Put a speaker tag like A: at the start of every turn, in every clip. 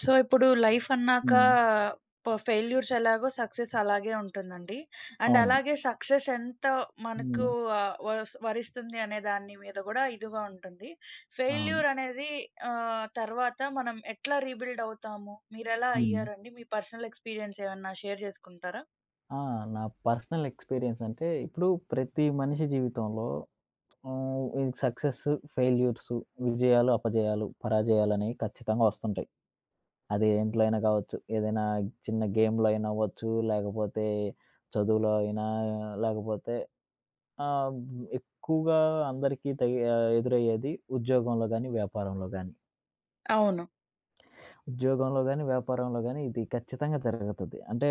A: So, ఇప్పుడు life అన్నాక
B: హ్మ్.
A: ప ఫెయిల్యూర్స్ ఎలాగో సక్సెస్ అలాగే ఉంటుందండి. అండ్
B: అవును.
A: అలాగే సక్సెస్ ఎంత మనకు
B: హ్మ్.
A: వస్ వరిస్తుంది అనే దాని మీద గూడా ఇదిగా ఉంటుంది.
B: అవును.
A: ఫెయిల్యూర్ అనేది తర్వాత మనం ఎట్లా రీబిల్డ్ అవుతాము? మీరెలా
B: హ్మ్.
A: అయ్యారండి? మీ పర్సనల్ ఎక్స్‌పీరియన్స్ ఏమన్నా షేర్ జేసుకుంటారా?
B: ఆ! నా పర్సనల్ ఎక్స్‌పీరియన్స్ అంటే ఇప్పుడు ప్రతి మనిషి జీవితంలో ఈ సక్సెస్, ఫెయిల్యూర్స్, విజయాలు, అపజయాలు, పరాజయాలనేవి ఖచ్చితంగా వస్తుంటాయి. అది దేంట్లో అయినా కావచ్చు. ఏదైనా చిన్న గేమ్‌లో అయినా అవ్వచ్చు, లేకపోతే చదువులో అయినా, లేకపోతే ఆహ్, ఎక్కువగా అందరికీ ఎదురయ్యేది ఉద్యోగంలో గాని, వ్యాపారంలో గాని.
A: అవును.
B: ఉద్యోగంలో గాని, వ్యాపారంలో గాని ఇది ఖచ్చితంగా జరుగుతది. అంటే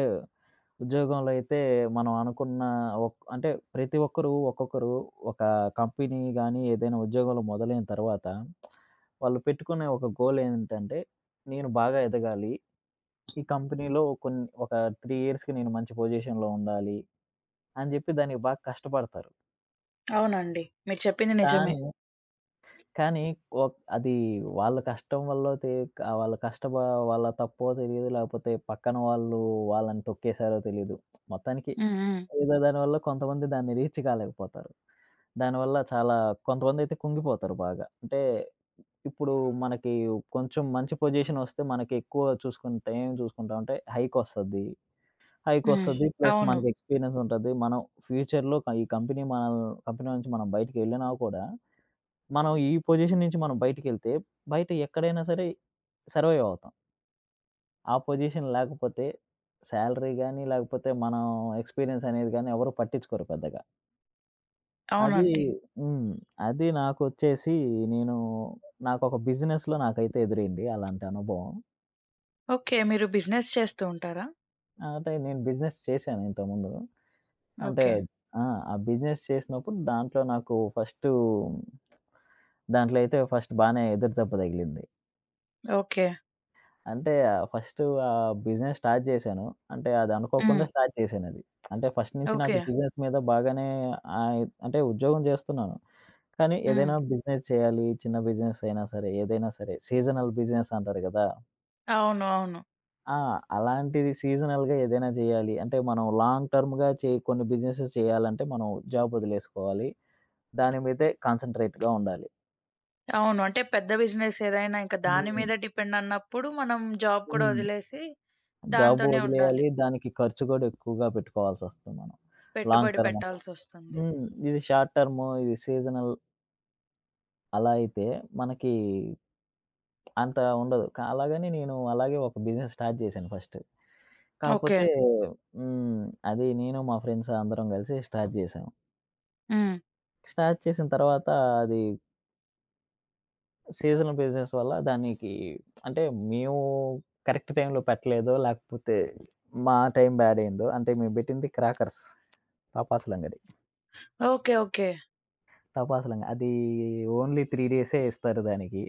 B: ఉద్యోగంలో అయితే మనం అనుకున్న ఒక్ అంటే ప్రతి ఒక్కరు ఒక్కొక్కరు ఒక కంపెనీ గాని, ఏదైనా ఉద్యోగంలో మొదలైన తర్వాత వాళ్ళు పెట్టుకునే ఒక గోల్ ఏంటంటే, నేను బాగా ఎదగాలి. ఈ కంపెనీలో కొన్ని ఒక 3 ఇయర్స్‌కి నేను మంచి పొజిషన్‌లో ఉండాలి అని చెప్పి దానికి బాగా కష్టపడతారు.
A: అవునండి. మీరు చెప్పింది నిజమే.
B: కానీ, కానీ ఒక్ అది వాళ్ళ కష్టం వల్లో తె ఆ వాళ్ళ కష్టప వాళ్ళ తప్పో తెలీదు. లేకపోతే పక్కన వాళ్ళు వాళ్ళని తొక్కేసారో తెలీదు. మొత్తానికి
A: హ్మ్. హ్మ్.
B: ఏదో దానివల్ల కొంతమంది దాన్ని రీచ్ కాలేకపోతారు. దానివల్ల చాలా కొంతమందైతే కుంగిపోతారు బాగా. అంటే ఇప్పుడు మనకి కొంచెం మంచి పొజిషనొస్తే మనకెక్కువ చూసుకుంటే ఏం చూసుకుంటామంటే హైకొస్తది.
A: హ్మ్.
B: హైకొస్తది ప్లస్
A: అవును.
B: మనకి ఎక్స్‌పీరియన్స్ ఉంటది. మనం ఫ్యూచర్‌లో ఈ కంపెనీ మనల్ని కంపెనీ నుంచి మనం బయటికెళ్ళినా కూడా, మనం ఈ పొజిషన్ నుంచి మనం బయటికెళ్తే బయట ఎక్కడైనా సరే సర్వైవ్ అవుతాం. ఆ పొజిషన్ లేకపోతే సాలరీ గాని, లేకపోతే మనం ఎక్స్‌పీరియన్స్ అనేది గాని ఎవరు పట్టించుకోరు పెద్దగా. అది
A: అవునండి.
B: హ్మ్. అది నాకొచ్చేసి నేను నాకొక బిజినెస్‌లో నాకైతే ఎదురైంది అలాంటి అనుభవం.
A: ఓకే. మీరు బిజినెస్ చేస్తూ ఉంటారా?
B: అంటే నేను బిజినెస్ చేశాను ఇంతకుముందు. అంటే
A: ఓకే.
B: ఆ! ఆ బిజినెస్ చేసినప్పుడు దాంట్లో నాకు ఫస్టు దాంట్లో అయితే ఫస్ట్ బానే ఎదురు దెబ్బ తగిలింది.
A: ఓకే.
B: అంటే ఫస్టు ఆ బిజినెస్ స్టార్ట్ చేశాను. అంటే అది
A: హ్మ్.
B: అనుకోకుండా స్టార్ట్ చేశానది. అంటే ఫస్ట్ నుంచి
A: ఓకే.
B: నాకు బిజినెస్ మీద బాగానే అంటే ఉద్యోగం చేస్తున్నాను. కానీ
A: హ్మ్.
B: ఏదైనా బిజినెస్ చేయాలి. చిన్న బిజినెస్ అయినా సరే, ఏదైనా సరే సీజనల్ బిజినెస్ అంటారు గదా!
A: అవును. అవును.
B: ఆ! అలాంటిది సీజనల్‌గా ఏదైనా జేయాలి. అంటే మనం లాంగ్ టర్మ్‌గా కొన్ని బిజినెసెస్ చేయాలంటే మనం జాబ్ వదిలేసుకోవాలి. దాని మీదే కాన్సంట్రేట్‌గా ఉండాలి.
A: అవును. అంటే పెద్ద బిజినెస్ ఏదైనా ఇంక దాని
B: హ్మ్.
A: మీద డిపెండ్ అన్నప్పుడు మనం జాబ్ కూడా
B: హ్మ్.
A: వదిలేసి
B: జాబ్
A: దాంతోనే ఉండాలి.
B: వదిలేయాలి. దానికి ఖర్చు గూడా ఎక్కువగా పెట్టుకోవాల్సొస్తుంది మనం. లాంగ్
A: పెట్టుబడి
B: టర్మ్ అంటే.
A: పెట్టాల్సొస్తుంది.
B: హ్మ్. ఇది షార్ట్ టర్మ్, ఇది సీజనల్ అలా అయితే మనకి అంత ఉండదు. అలాగని నేను అలాగే ఒక బిజినెస్ స్టార్ట్ జేశాను ఫస్ట్.
A: ఓకే.
B: కాపోతే హ్మ్. అది నేను మా ఫ్రెండ్స్ అందరం కలిసి స్టార్ట్ జేశాం.
A: హ్మ్.
B: స్టార్ట్ చేసిన తర్వాత అది సీజనల్ బిజినెస్ వల్ల దానికి అంటే మేము కరెక్ట్ టైమ్‌లో పెట్టలేదో, లేకపోతే మా టైం బ్యాడ్ అయిందో, అంటే మేము పెట్టింది క్రాకర్స్. టపాసులంగడి.
A: ఓకే. ఓకే.
B: అది ఓన్లీ 3 డేసే ఇస్తారు దానికి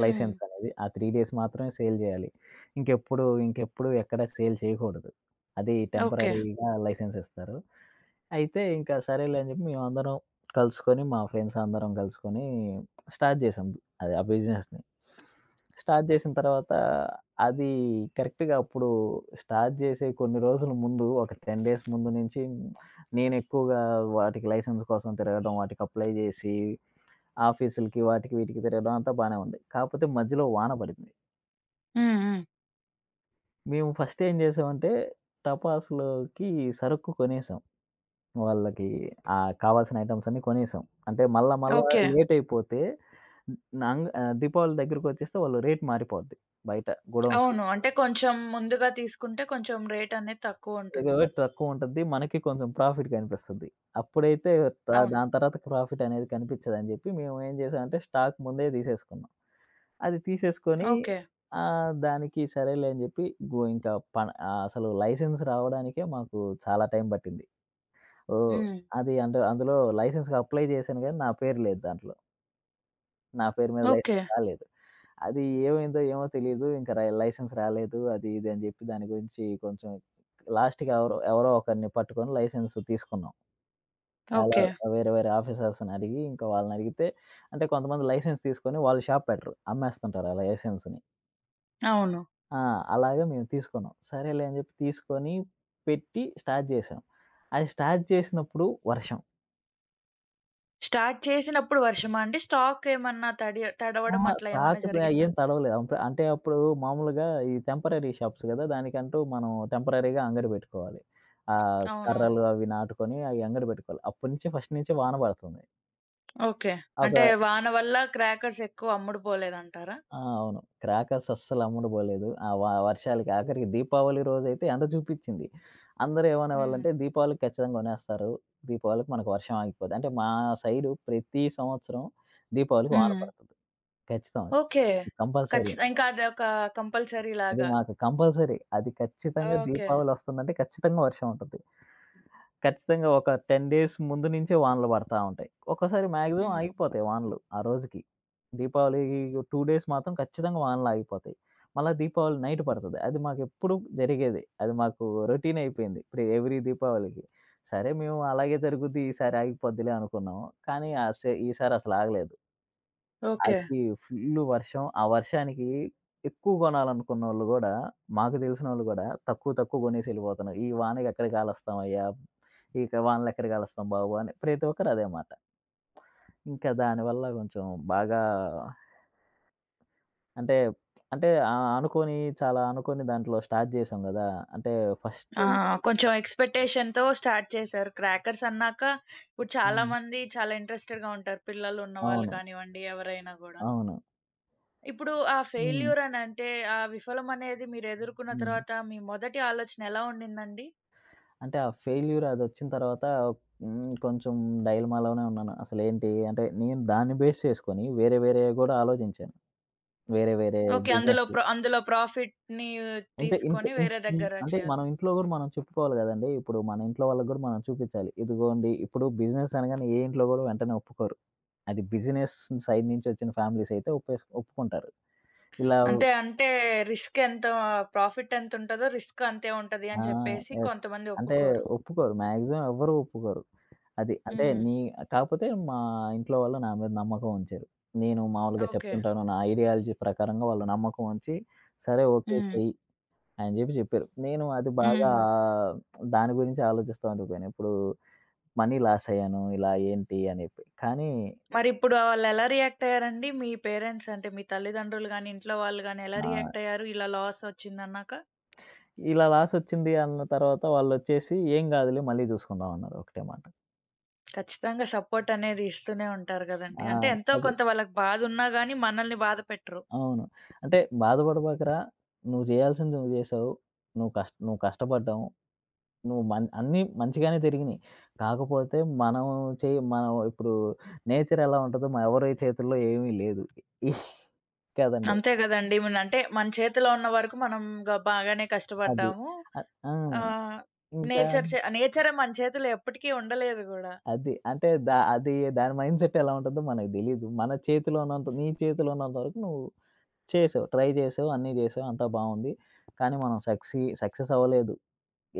A: హ్మ్.
B: లైసెన్స్ అనేది. ఆ 3 డేస్ మాత్రమే సేల్ జేయాలి. ఇంకెప్పుడు ఇంకెప్పుడు ఎక్కడ సేల్ చేయకూడదు. అది
A: ఓకే.
B: టెంపరరీగా లైసెన్స్ ఇస్తారు. అయితే ఇంకా సరేలే అని చెప్పి మేమందరం కలుసుకొని, మా ఫ్రెండ్స్ అందరం కలుసుకొని స్టార్ట్ చేసాం. అది ఆ బిజినెస్‌ని. స్టార్ట్ చేసిన తర్వాత అది కరెక్ట్‌గా అప్పుడు స్టార్ట్ చేసే కొన్ని రోజుల ముందు ఒక 10 డేస్ ముందు నుంచి నేను ఎక్కువగా వాటికి లైసెన్స్ కోసం తిరగడం, వాటికి అప్లై చేసి ఆఫీసులకి వాటికి వీటికి తిరగడం అంతా బానే ఉంది. కాకపోతే మధ్యలో వాన పడింది.
A: హ్మ్. హ్మ్.
B: మేము ఫస్ట్ ఏం చేసామంటే టపాసులోకి సరుకు కొనేసాం. వాళ్ళకి కావాల్సిన ఐటెమ్స్ అన్నీ కొనేసాం. అంటే మళ్ళా మళ్ళా
A: ఓకే.
B: లేటయిపోతే దీపావళి దగ్గరకొచ్చేస్తే వాళ్ళు రేట్ మారిపోద్ది బయట గోడౌన్స్‌లో.
A: అవును. అంటే కొంచెం ముందుగా తీసుకుంటే కొంచెం రేట్ అనేది
B: ఇక
A: తక్కువుంటుంది.
B: రేట్ తక్కువుంటది. మనకి కొంచెం ప్రాఫిట్ కనిపిస్తది. అప్పుడైతే
A: అవును.
B: దాని తర్వాత ప్రాఫిట్ అనేది కనిపిచ్చదని జెప్పి మేము ఏం జేసామంటే స్టాక్ ముందే తీసేసుకున్నాం. అది తీసేసుకొని,
A: ఓకే.
B: దానికి సరేలే అని జెప్పి గో ఇంకా పన ఆహ్, అసలు లైసెన్స్ రావడానికే మాకు చాలా టైం పట్టింది. ఓహ్!
A: హ్మ్.
B: అది అంటే అందులో లైసెన్స్‌కి అప్లై జేశాను గానీ నా పేరు లేదు దాంట్లో. నా పేరు మీద
A: ఓకే.
B: లైసెన్స్ రాలేదు. అది ఏమైందో ఏమో తెలీదు. ఇంక రై లైసెన్స్ రాలేదు అది ఇది అని జెప్పి దాని గురించి కొంచెం లాస్ట్‌కి ఎవరో ఎవరో ఒకరిని పట్టుకొని లైసెన్స్ తీసుకున్నాం. అలా
A: ఓకే.
B: వేరే వేరే ఆఫీసర్స్‌ని అడిగి ఇంకా వాళ్ళనడిగితే అంటే కొంతమంది లైసెన్స్ తీసుకొని వాళ్ళు షాప్ పెట్టరు. అమ్మేస్తుంటారు ఆ లైసెన్స్‌ని.
A: అవును.
B: ఆ! అలాగే మేము తీసుకున్నాం. సరేలే అని జెప్పి తీసుకొని పెట్టి స్టార్ట్ జేశాం. అది స్టార్ట్ చేసినప్పుడు వర్షం.
A: స్టార్ట్ చేసినప్పుడు వర్షమా అండి? స్టాక్ ఏమన్నా తడి తడవడం
B: అహా!
A: అట్లా ఏమన్నా
B: తాకితే
A: జరిగిందా?
B: ఏం తడవలేదు. అంటే అప్పుడు మామూలుగా ఈ టెంపరరీ షాప్స్ గదా! దానికంటూ మనం టెంపరరీగా అంగడి పెట్టుకోవాలి.
A: అవునవును.
B: కర్రలు అవి నాటుకొని అయి అంగడి పెట్టుకోవాలి. అప్పటి నుంచి ఫస్ట్ నుంచి వాన పడుతుంది.
A: ఓకే.
B: ఒక
A: అంటే వాన వల్ల క్రాకర్స్ ఎక్కువ అమ్ముడు పోలేదంటారా?
B: ఆ! అవును. క్రాకర్స్ అస్సలు అమ్ముడు పోలేదు. ఆ వ వర్షాలకి ఆఖరికి దీపావళి రోజైతే ఎండ చూపిచ్చింది. అందరూ
A: హ్మ్.
B: ఏమనేవాళ్ళంటే దీపావళికి ఖచ్చితంగా కొనేస్తారు. దీపావళికి మనకు వర్షం ఆగిపోద్ది. అంటే మా సైడు ప్రతి సంవత్సరం దీపావళికి వాన
A: హ్మ్.
B: పడుతుంది. ఖచ్చితం అది.
A: ఓకే.
B: అది
A: ఖచ్చి
B: కంపల్సరీ.
A: ఇంకా అదొక కంపల్సరీ
B: అది
A: లాగా.
B: మాకు కంపల్సరీ. అది ఖచ్చితంగా
A: ఓకే.
B: దీపావళొస్తుందంటే ఖచ్చితంగా వర్షం ఉంటుంది. ఖచ్చితంగా ఒక 10 డేస్ ముందు నుంచే వానలు పడతా ఉంటాయి. ఒక్కోసారి మాక్సిమం
A: హ్మ్.
B: ఆగిపోతాయి వానలు ఆ రోజుకి. దీపావళి 2 డేస్ మాత్రం ఖచ్చితంగా వానలు ఆగిపోతాయి. మళ్ళా దీపావళి నైట్ పడతది. అది మాకెప్పుడు జరిగేదే. అది మాకు రొటీన్ అయిపోయింది ఇప్పుడు ఎవ్రీ దీపావళికి. సరే మేము అలాగే జరుగుద్ది ఈసారి ఆగిపోద్దిలే అనుకున్నాము. కానీ ఆ సే ఈసారి అసలు ఆగలేదు.
A: ఓకే.
B: అది ఫుల్లు వర్షం. ఆ వర్షానికి ఎక్కువ గొనాలనుకున్నోళ్ళు గూడా, మాకు తెలిసినోళ్ళు గూడా తక్కువ తక్కువ గొనేసి ఎళ్ళిపోతున్నారు. "ఈ వానకి ఎక్కడ కాలుస్తామయ్యా, ఇక వానలెక్కడ కాలుస్తాం బాబు" అని ప్రతి ఒక్కరు అదే మాట. ఇంకా దానివల్ల కొంచెం బాగా అంటే, అంటే ఆహ్, అనుకోని చాలా అనుకోని దాంట్లో స్టార్ట్ జేశాం గదా! అంటే ఫస్ట్
A: ఆ!
B: ఇంక ఇంక
A: కొంచెం ఎక్స్‌పెక్టేషన్‌తో స్టార్ట్ చేశారు. క్రాకర్స్ అన్నాక ఇప్పుడు చాలా
B: హ్మ్.
A: మంది చాలా ఇంట్రెస్టెడ్‌గా ఉంటారు. పిల్లలు ఉన్నవాళ్ళు
B: అవును.
A: కానివ్వండి, ఎవరైనా గూడా.
B: అవును.
A: ఇప్పుడు ఆ
B: హ్మ్.
A: ఫెయిల్యూర్ అనంటే ఆ విఫలం అనేది మీరు ఎదుర్కొన్న
B: హ్మ్.
A: తర్వాత మీ మొదటి ఆలోచన ఎలా ఉండిందండి?
B: అంటే ఆ ఫెయిల్యూర్ అదొచ్చిన తర్వాత కొంచెం డైలమాలోనే ఉన్నాను. అసలేంటి అంటే నేను దాన్ని బేస్ చేసుకొని వేరే వేరేవి గూడా ఆలోచించాను. వేరే వేరే
A: ఓకే. అందులో
B: బిజినెస్‌లు.
A: ప్ర అందులో ప్రాఫిట్‌ని
B: ఇంతే ఇంట్లో
A: తీసుకొని
B: ఇం
A: వేరే
B: ఇం
A: దగ్గర
B: అంటే
A: చేయాలి.
B: మనం ఇంట్లో గూడా మనం చెప్పుకోవాలి గదండీ! ఇప్పుడు మన ఇంట్లో వాళ్ళకి గూడా మనం చూపించాలి. ఇదిగోండి ఇప్పుడు బిజినెస్ అనగానే ఏ ఇంట్లో గూడా వెంటనే ఒప్పుకోరు. అది బిజినెస్ సైడ్ నుంచి వచ్చిన ఫ్యామిలీస్ అయితే ఒప్పుకుంటారు. ఇలా
A: అంతే. అంటే రిస్క్ ఎంత ప్రాఫిట్ ఎంతుంటదో రిస్క్ అంతే ఉంటది
B: ఆ!
A: అని చెప్పేసి
B: యెస్.
A: కొంతమంది
B: అంటే
A: ఒప్పుకోరు.
B: ఒప్పుకోరు. మాక్సిమం ఎవ్వరు ఒప్పుకోరు. అది. అంటే
A: హ్మ్.
B: నీ కాపోతే మా ఇంట్లో వాళ్ళు నా మీద నమ్మకం ఉంచారు. నేను మామూలుగా
A: ఓకే.
B: చెప్తుంటాను. నా ఐడియాలజీ ప్రకారంగా వాళ్ళు నమ్మకం ఉంచి, సరే ఓకే
A: హ్మ్.
B: చెయ్యి అని జెప్పి చెప్పారు. నేను అది బాగా
A: హ్మ్.
B: దాని గురించి ఆలోచిస్తా ఉండిపోయాను. ఇప్పుడు మనీ లాస్ అయ్యాను. ఇలా ఏంటి అని జెప్పి. కానీ
A: మరిప్పుడు వాళ్ళెలా రియాక్ట్ అయ్యారండి? మీ పేరెంట్స్ అంటే మీ తల్లిదండ్రులు గాని, ఇంట్లో వాళ్ళు గాని ఎలా
B: ఆహ్,
A: రియాక్ట్ అయ్యారు ఇలా లాస్ వచ్చిందన్నాక?
B: ఇలా లాస్ వచ్చింది అన్న తర్వాత వాళ్ళొచ్చేసి "ఏం గాదులే మళ్ళీ జూసుకుందాం" అన్నారు ఒకటే మాట.
A: ఖచ్చితంగా సపోర్ట్ అనేది ఇస్తూనే ఉంటారు గదండీ.
B: ఆ!
A: అంటే ఎంతో
B: అది.
A: కొంత వాళ్ళకి బాధున్నా గాని మనల్ని బాధ పెట్టరు.
B: అవును. అంటే బాధపడబాకరా! నువ్వు చేయాల్సింది నువ్వు చేసావు. నువ్వు కష్టపడ్డావు. నువ్వు అన్నీ మంచిగానే జరిగినియి. కాకపోతే మనం ఇప్పుడు నేచర్ ఎలా ఉంటదో మన ఎవరి చేతుల్లో ఏమీ లేదు కదండీ!
A: అంతే గదండీ. మన అంటే మన చేతిలో ఉన్న వరకు మనం గ బాగానే
B: అది.
A: కష్టపడ్డాము.
B: అ ఆ!
A: ఆ!
B: ఇంకా
A: నేచర్ చే నేచరే మన చేతిలో ఎప్పటికీ ఉండలేదు గూడా.
B: అది. అంటే దా అది దాని మైండ్‌సెట్ ఎలా ఉంటదో మనకు తెలీదు. మన చేతిలో ఉన్నంత నీ చేతిలో ఉన్నంత వరకు నువ్వు చేసావు. ట్రై చేసావు. అన్నీ చేసావు. అంతా బావుంది. కానీ మనం సక్సెస్ అవ్వలేదు.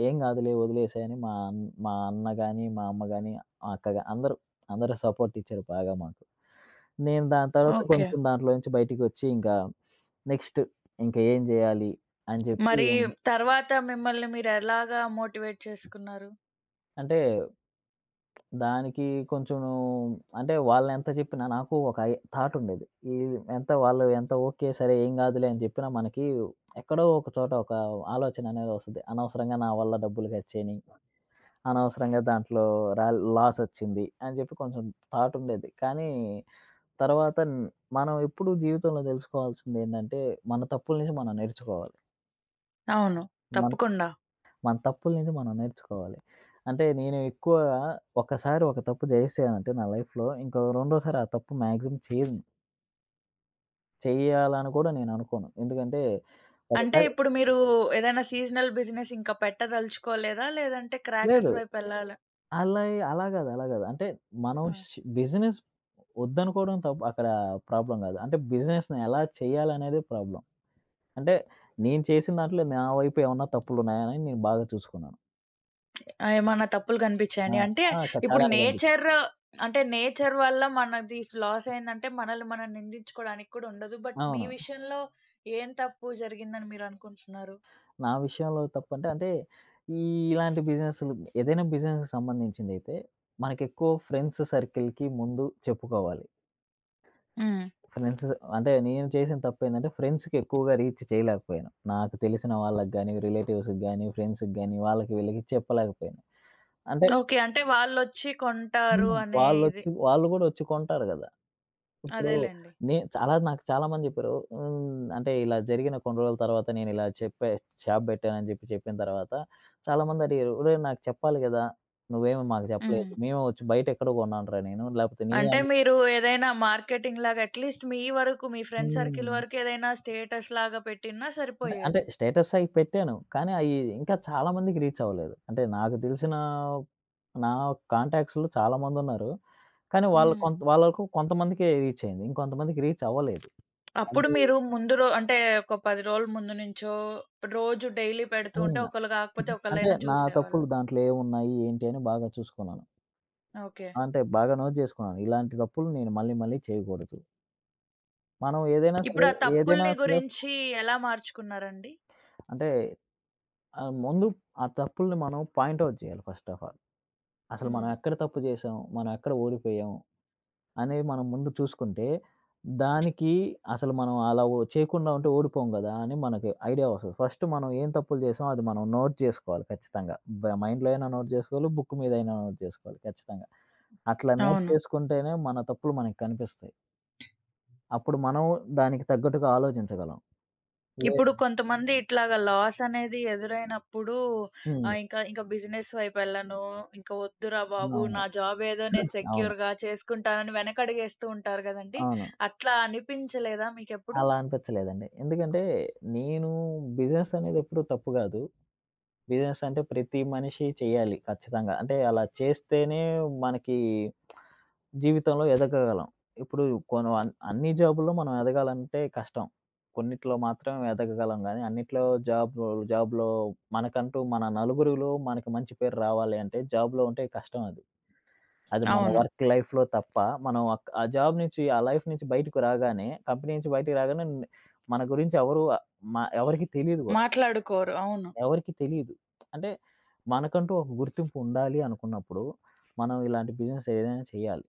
B: ఏం గాదులే వదిలేసేయి అని మా అన్న గాని, మా అమ్మ గాని, మా అక్క గా అందరూ, అందరూ సపోర్ట్ ఇచ్చారు బాగా మాకు. నేను దాని తర్వాత
A: ఓకే.
B: కొంచెం దాంట్లో నుంచి బయటికొచ్చి ఇంకా నెక్స్ట్ ఇంక ఏం జేయాలి అని జెప్పి
A: మరి తర్వాత మిమ్మల్ని మీరెలాగా మోటివేట్ చేసుకున్నారు?
B: అంటే దానికి కొంచెం అంటే వాళ్ళెంత జెప్పినా నాకు ఒక ఐ థాట్ ఉండేది. ఈ ఎంత వాళ్ళు ఓకే, సరే ఏం గాదులే అని జెప్పినా మనకి ఎక్కడో ఒక చోట ఒక ఆలోచన అనేది వస్తది. అనవసరంగా నా వల్ల డబ్బులు ఖర్చయినియి. అనవసరంగా దాంట్లో రా లాసొచ్చింది అని జెప్పి కొంచెం థాట్ ఉండేది. కానీ తర్వాత మనం ఎప్పుడు జీవితంలో దెలుసుకోవాల్సిందేంటంటే, మన తప్పుల నుంచి మనం నేర్చుకోవాలి.
A: అవును.
B: మన్
A: తప్పకుండా.
B: మన తప్పుల నుంచి మనం నేర్చుకోవాలి. అంటే నేను ఎక్కువ ఒకసారి ఒక తప్పు జేశానంటే నా లైఫ్‌లో ఇంకో రెండోసారి ఆ తప్పు మాక్సిమం చేయను. చేయాలని కూడా నేను అనుకోను. ఎందుకంటే
A: అంటే
B: ఒకసారి
A: ఇప్పుడు మీరు ఏదైనా సీజనల్ బిజినెస్ ఇంకా పెట్టదలుచుకోలేదా? లేదంటే
B: లేదు.
A: క్రాకర్స్ వైపెళ్ళాలా?
B: అలా గాదు. అంటే మనం
A: ఆ!
B: ష్ బిజినెస్ వద్దనుకోవడం తప్పు, అక్కడ ప్రాబ్లమ్ గాదు. అంటే బిజినెస్‌ని ఎలా చేయాలనేదే ప్రాబ్లమ్. అంటే నేను చేసిన దాంట్లో నా వైపు ఏమన్నా తప్పులున్నాయని నేను బాగా చూసుకున్నాను.
A: ఏమన్నా తప్పులు
B: ఆ!
A: కనిపిచ్చాయండి? అంటే
B: ఆ! క
A: ఇప్పుడు
B: చాలానే
A: నేచర్ అంటే నేచర్ వల్ల మనది లాస్ అయిందంటే మనల్ని మనం నిందించుకోవడానికి కూడా ఉండదు. బట్ మీ
B: అవును.
A: విషయంలో ఏం తప్పు జరిగిందని మీరనుకుంటున్నారు?
B: నా విషయంలో తప్పంటే అంటే అంటే ఈ ఇలాంటి బిజినెస్‌లు ఏదైనా బిజినెస్‌కి సంబంధించిందైతే మనకెక్కువ ఫ్రెండ్స్ సర్కిల్‌కి ముందు చెప్పుకోవాలి.
A: హ్మ్.
B: ఫ్రెండ్స్ అంటే నేను చేసిన తప్పేంటంటే, ఫ్రెండ్స్‌కి ఎక్కువగా రీచ్ చేయలేకపోయాను. నాకు తెలిసిన వాళ్ళకి గాని, రిలేటివ్స్‌కి గాని, ఫ్రెండ్స్‌కి గాని, వాళ్ళకి వీళ్ళకి చెప్పలేకపోయాను. అంటే
A: ఓకే. అంటే వాళ్ళొచ్చి కొంటారు
B: హ్మ్.
A: అనే ఇది.
B: వాళ్ళొచ్చి వాళ్ళు గూడా వచ్చి కొంటారు గదా! ఇప్పుడు
A: అదేలెండి.
B: నే చాలా నాకు చాలా మంది చెప్పారు. అంటే ఇలా జరిగిన కొన్ని రోజుల తర్వాత నేను ఇలా చెప్పే షాప్ బెట్టానని జెప్పి చెప్పిన తర్వాత చాలామంది అడిగారు. "ఒరేయ్! నాకు చెప్పాలి గదా! నువ్వేమో మాకు
A: హ్మ్.
B: జెప్పలేదు. మేమే వచ్చి బయట ఎక్కడో గొన్నాంరా నేను. లేపోతే
A: అంటే
B: నీవన్నా"
A: మీరు ఏదైనా మార్కెటింగ్‌లాగా అట్‌లీస్ట్ మీ వరకు మీ ఫ్రెండ్ సర్కిల్
B: హ్మ్.
A: వరకు ఏదైనా స్టేటస్‌లాగా పెట్టినా
B: అంటే అంటే
A: సరిపోయేది.
B: స్టేటస్ అయి పెట్టాను. కానీ అయి ఇంకా చాలా మందికి రీచ్ అవ్వలేదు. అంటే నాకు తెలిసిన నా కాంటాక్ట్స్‌లో చాలామందున్నారు. కానీ వాళ్ళు
A: హ్మ్.
B: కొంతమందికే రీచ్ అయింది. ఇంకొంతమందికి రీచ్ అవ్వలేదు.
A: అప్పుడు
B: అది
A: మీరు ముందు రో అంటే ఒక 10 రోజుల ముందు నుంచో రోజు డైలీ పెడుతూ ఉంటే
B: హ్మ్.
A: ఒకళ్ళు కాకపోతే
B: అంటే
A: ఒకళ్ళైనా
B: నా
A: చూసేవాళ్ళు.
B: తప్పులు దాంట్లో ఏమున్నాయి, ఏంటి అని బాగా చూసుకున్నాను.
A: ఓకే.
B: అంటే బాగా నోట్ చేసుకున్నాను. ఇలాంటి తప్పులు నేను మళ్ళీ మళ్ళీ చేయకూడదు. మనం ఏదైనా
A: ఇప్పుడు
B: సరే,
A: ఆ
B: ఏదైనా
A: తప్పుల్ని
B: సరే
A: గురించి ఎలా మార్చుకున్నారండి?
B: అంటే ముందు ఆ తప్పుల్ని మనం పాయింట్ ఔట్ చేయాలి ఫస్ట్ ఆఫ్ ఆల్. అసలు మనం
A: హ్మ్.
B: ఎక్కడ తప్పు చేశాం? మనం ఎక్కడ ఓడిపోయాం? అనేవి మనం ముందు చూసుకుంటే, దానికి అసలు మనం అలా ఓ చేయకుండా ఉంటే ఓడిపోం గదా! అని మనకి ఐడియా వస్తది. ఫస్ట్ మనం ఏం తప్పులు చేసామో అది మనం నోట్ జేసుకోవాలి ఖచ్చితంగా. మైండ్‌లో అయినా నోట్ జేసుకోవాలి, బుక్ మీద అయినా నోట్ జేసుకోవాలి ఖచ్చితంగా. అట్లా నోట్
A: అవును.
B: చేసుకుంటేనే మన తప్పులు మనకి కనిపిస్తాయి. అప్పుడు మనం దానికి తగ్గట్టుగా ఆలోచించగలం. లే
A: ఇప్పుడు కొంతమంది ఇట్లాగా లాస్ అనేది ఎదురైనప్పుడు
B: హ్మ్.
A: ఇంకా ఇంకా బిజినెస్ వైపు వెళ్ళను. ఇంకా వద్దురా బాబు!
B: అవును.
A: నా జాబ్ ఏదో నేను
B: అవును.
A: సెక్యూర్‌గా చేసుకుంటానని వెనకడుగేస్తూ ఉంటారు గదండీ!
B: అవును.
A: అట్లా అనిపించలేదా మీకెప్పుడు?
B: అలా అనిపించలేదండి. ఎందుకంటే, నేను బిజినెస్ అనేది ఎప్పుడు తప్పు గాదు. బిజినెస్ అంటే ప్రతి మనిషి చేయాలి ఖచ్చితంగా. అంటే అలా చేస్తేనే మనకి జీవితంలో ఎదగగలం. ఇప్పుడు కొను అన్ అన్ని జాబుల్లో మనం ఎదగాలంటే కష్టం. కొన్నిట్లో మాత్రం ఎదగగలం గానీ, అన్నిట్లో జాబ్ జాబ్‌లో మనకంటూ మన నలుగురిలో మనకి మంచి పేరు రావాలి అంటే జాబ్‌లో ఉంటే కష్టం అది. అది మన
A: అవును.
B: వర్క్ లైఫ్‌లో తప్ప మనం ఆ జాబ్ నుంచి, ఆ లైఫ్ నుంచి బయటకు రాగానే, కంపెనీ నుంచి బయటికి రాగానే మన గురించి ఎవరు ఆహ్, మ ఎవరికీ తెలీదు గూడా.
A: మాట్లాడుకోరు. అవును.
B: ఎవరికీ తెలీదు. అంటే మనకంటూ ఒక గుర్తింపు ఉండాలి అనుకున్నప్పుడు, మనం ఇలాంటి బిజినెస్ ఏదైనా చేయాలి.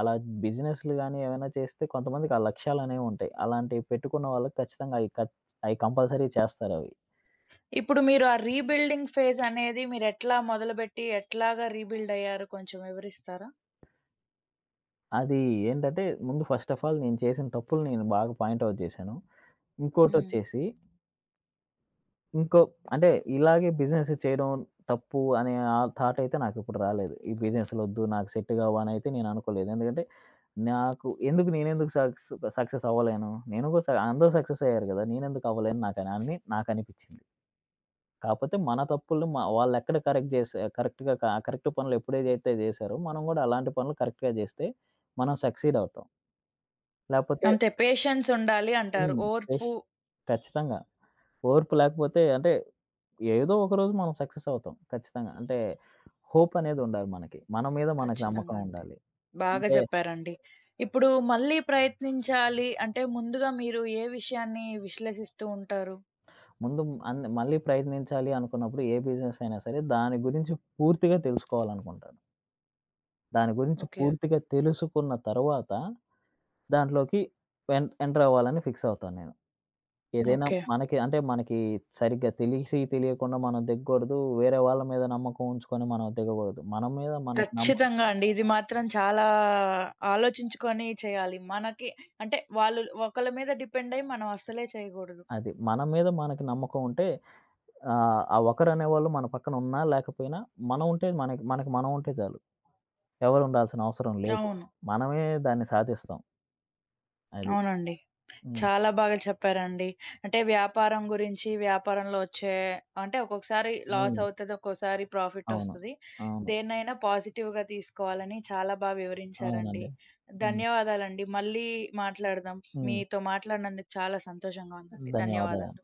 B: అలా బిజినెస్‌లు గాని ఏమైనా చేస్తే కొంతమందికి ఆ లక్ష్యాలనేవి ఉంటాయి. అలాంటివి పెట్టుకున్న వాళ్ళకి ఖచ్చితంగా అయి కంపల్సరీ చేస్తారవి.
A: ఇప్పుడు మీరు ఆ రీబిల్డింగ్ ఫేజ్ అనేది మీరెట్లా మొదలుబెట్టి ఎట్లాగా రీబిల్డ్ అయ్యారు కొంచెం వివరిస్తారా?
B: అది ఏంటంటే ముందు ఫస్ట్ ఆఫ్ ఆల్ నేను చేసిన తప్పులు నేను బాగా పాయింట్ ఔట్ చేశాను. హ్మ్.
A: హ్మ్.
B: ఇంకోటొచ్చేసి ఇంకో అంటే ఇలాగే బిజినెస్ చేయడం తప్పు అనే ఆ థాట్ అయితే నాకిప్పుడు రాలేదు. ఈ బిజినెస్‌లొద్దు నాకు సెట్ కావనైతే నేను అనుకోలేదు. ఎందుకంటే నాకు ఎందుకు నేనెందుకు సక్సెస్ అవ్వలేను? నేను కూడా స అందరూ సక్సెస్ అయ్యారు కదా! నేనెందుకు అవ్వలేను? అని నాకనిపించింది. కాపోతే మన తప్పులు మ వాళ్ళెక్కడ కరెక్ట్ చేసా కరెక్ట్‌గా క కరెక్ట్ పనులు ఎప్పుడేదైతే చేశారో మనం కూడా అలాంటి పనులు కరెక్ట్‌గా చేస్తే మనం సక్సీడ్ అవుతాం. లేపోతే
A: అంతే పేషెన్స్ ఉండాలి అంటారు.
B: హ్మ్.
A: ఓర్పు
B: బెష్ ఖచ్చితంగా. ఓర్పు లేకపోతే అంటే ఏదో ఒకరోజు మనం సక్సెస్ అవుతాం ఖచ్చితంగా. అంటే హోప్ అనేదుండాలి మనకి. మన మీద మనకు
A: ఖచ్చితంగా
B: నమ్మకం
A: అండి.
B: ఉండాలి.
A: బాగా
B: అంటే
A: జెప్పారండి. ఇప్పుడు మళ్ళీ ప్రయత్నించాలి అంటే ముందుగా మీరు ఏ విషయాన్ని విశ్లేషిస్తూ ఉంటారు?
B: ముందు మళ్ళీ ప్రయత్నించాలి అనుకున్నప్పుడు ఏ బిజినెస్ అయినా సరే దాని గురించి పూర్తిగా తెలుసుకోవాలనుకుంటాను. దాని గురించి
A: ఓకే.
B: పూర్తిగా తెలుసుకున్న తరువాత దాంట్లోకి ఎంటర్ అవ్వాలని ఫిక్స్ అవుతాను నేను. ఏదైనా
A: ఓకే.
B: మనకి అంటే మనకి సరిగ్గా తెలిసి తెలియకుండా మనం దిగకూడదు. వేరే వాళ్ళ మీద నమ్మకం ఉంచుకొని మనం దిగకూడదు. మన మీద మనకు నమ్మ
A: ఖచ్చితంగా అండి. ఇది మాత్రం చాలా ఆలోచించుకొని చేయాలి. మనకి అంటే వాళ్ళు ఒకళ్ళ మీద డిపెండ్ అయ్యి మనం అస్సలే చేయగూడదు.
B: అది మన మీద మనకి నమ్మకం ఉంటే ఆ! ఆ ఒకరనేవాళ్ళు మన పక్కన ఉన్నా, లేకపోయినా మనం ఉంటే మనకి మనకి మనం ఉంటే చాలు. ఎవరు ఉండాల్సిన అవసరం లేదు.
A: అవును.
B: మనమే దాన్ని సాధిస్తాం. అది.
A: అవునండి.
B: హ్మ్.
A: చాలా బాగా చెప్పారండి. అంటే వ్యాపారం గురించి, వ్యాపారంలో వచ్చే అంటే ఒక్కొక్కసారి లాస్
B: హ్మ్.
A: అవుతది, ఒక్కోసారి ప్రాఫిట్
B: అవును.
A: ఒస్తది.
B: అవును.
A: దేన్నైనా పాజిటివ్‌గా తీసుకోవాలని చాలా బా వివరించారండి.
B: అవునండి. హ్మ్.
A: ధన్యవాదాలండి. మళ్ళీ మాట్లాడదాం.
B: హ్మ్.
A: మీతో మాట్లాడినందుకు చాలా సంతోషంగా ఉందండి.
B: ధన్యవాదాలు.
A: ధన్యవాదాలు.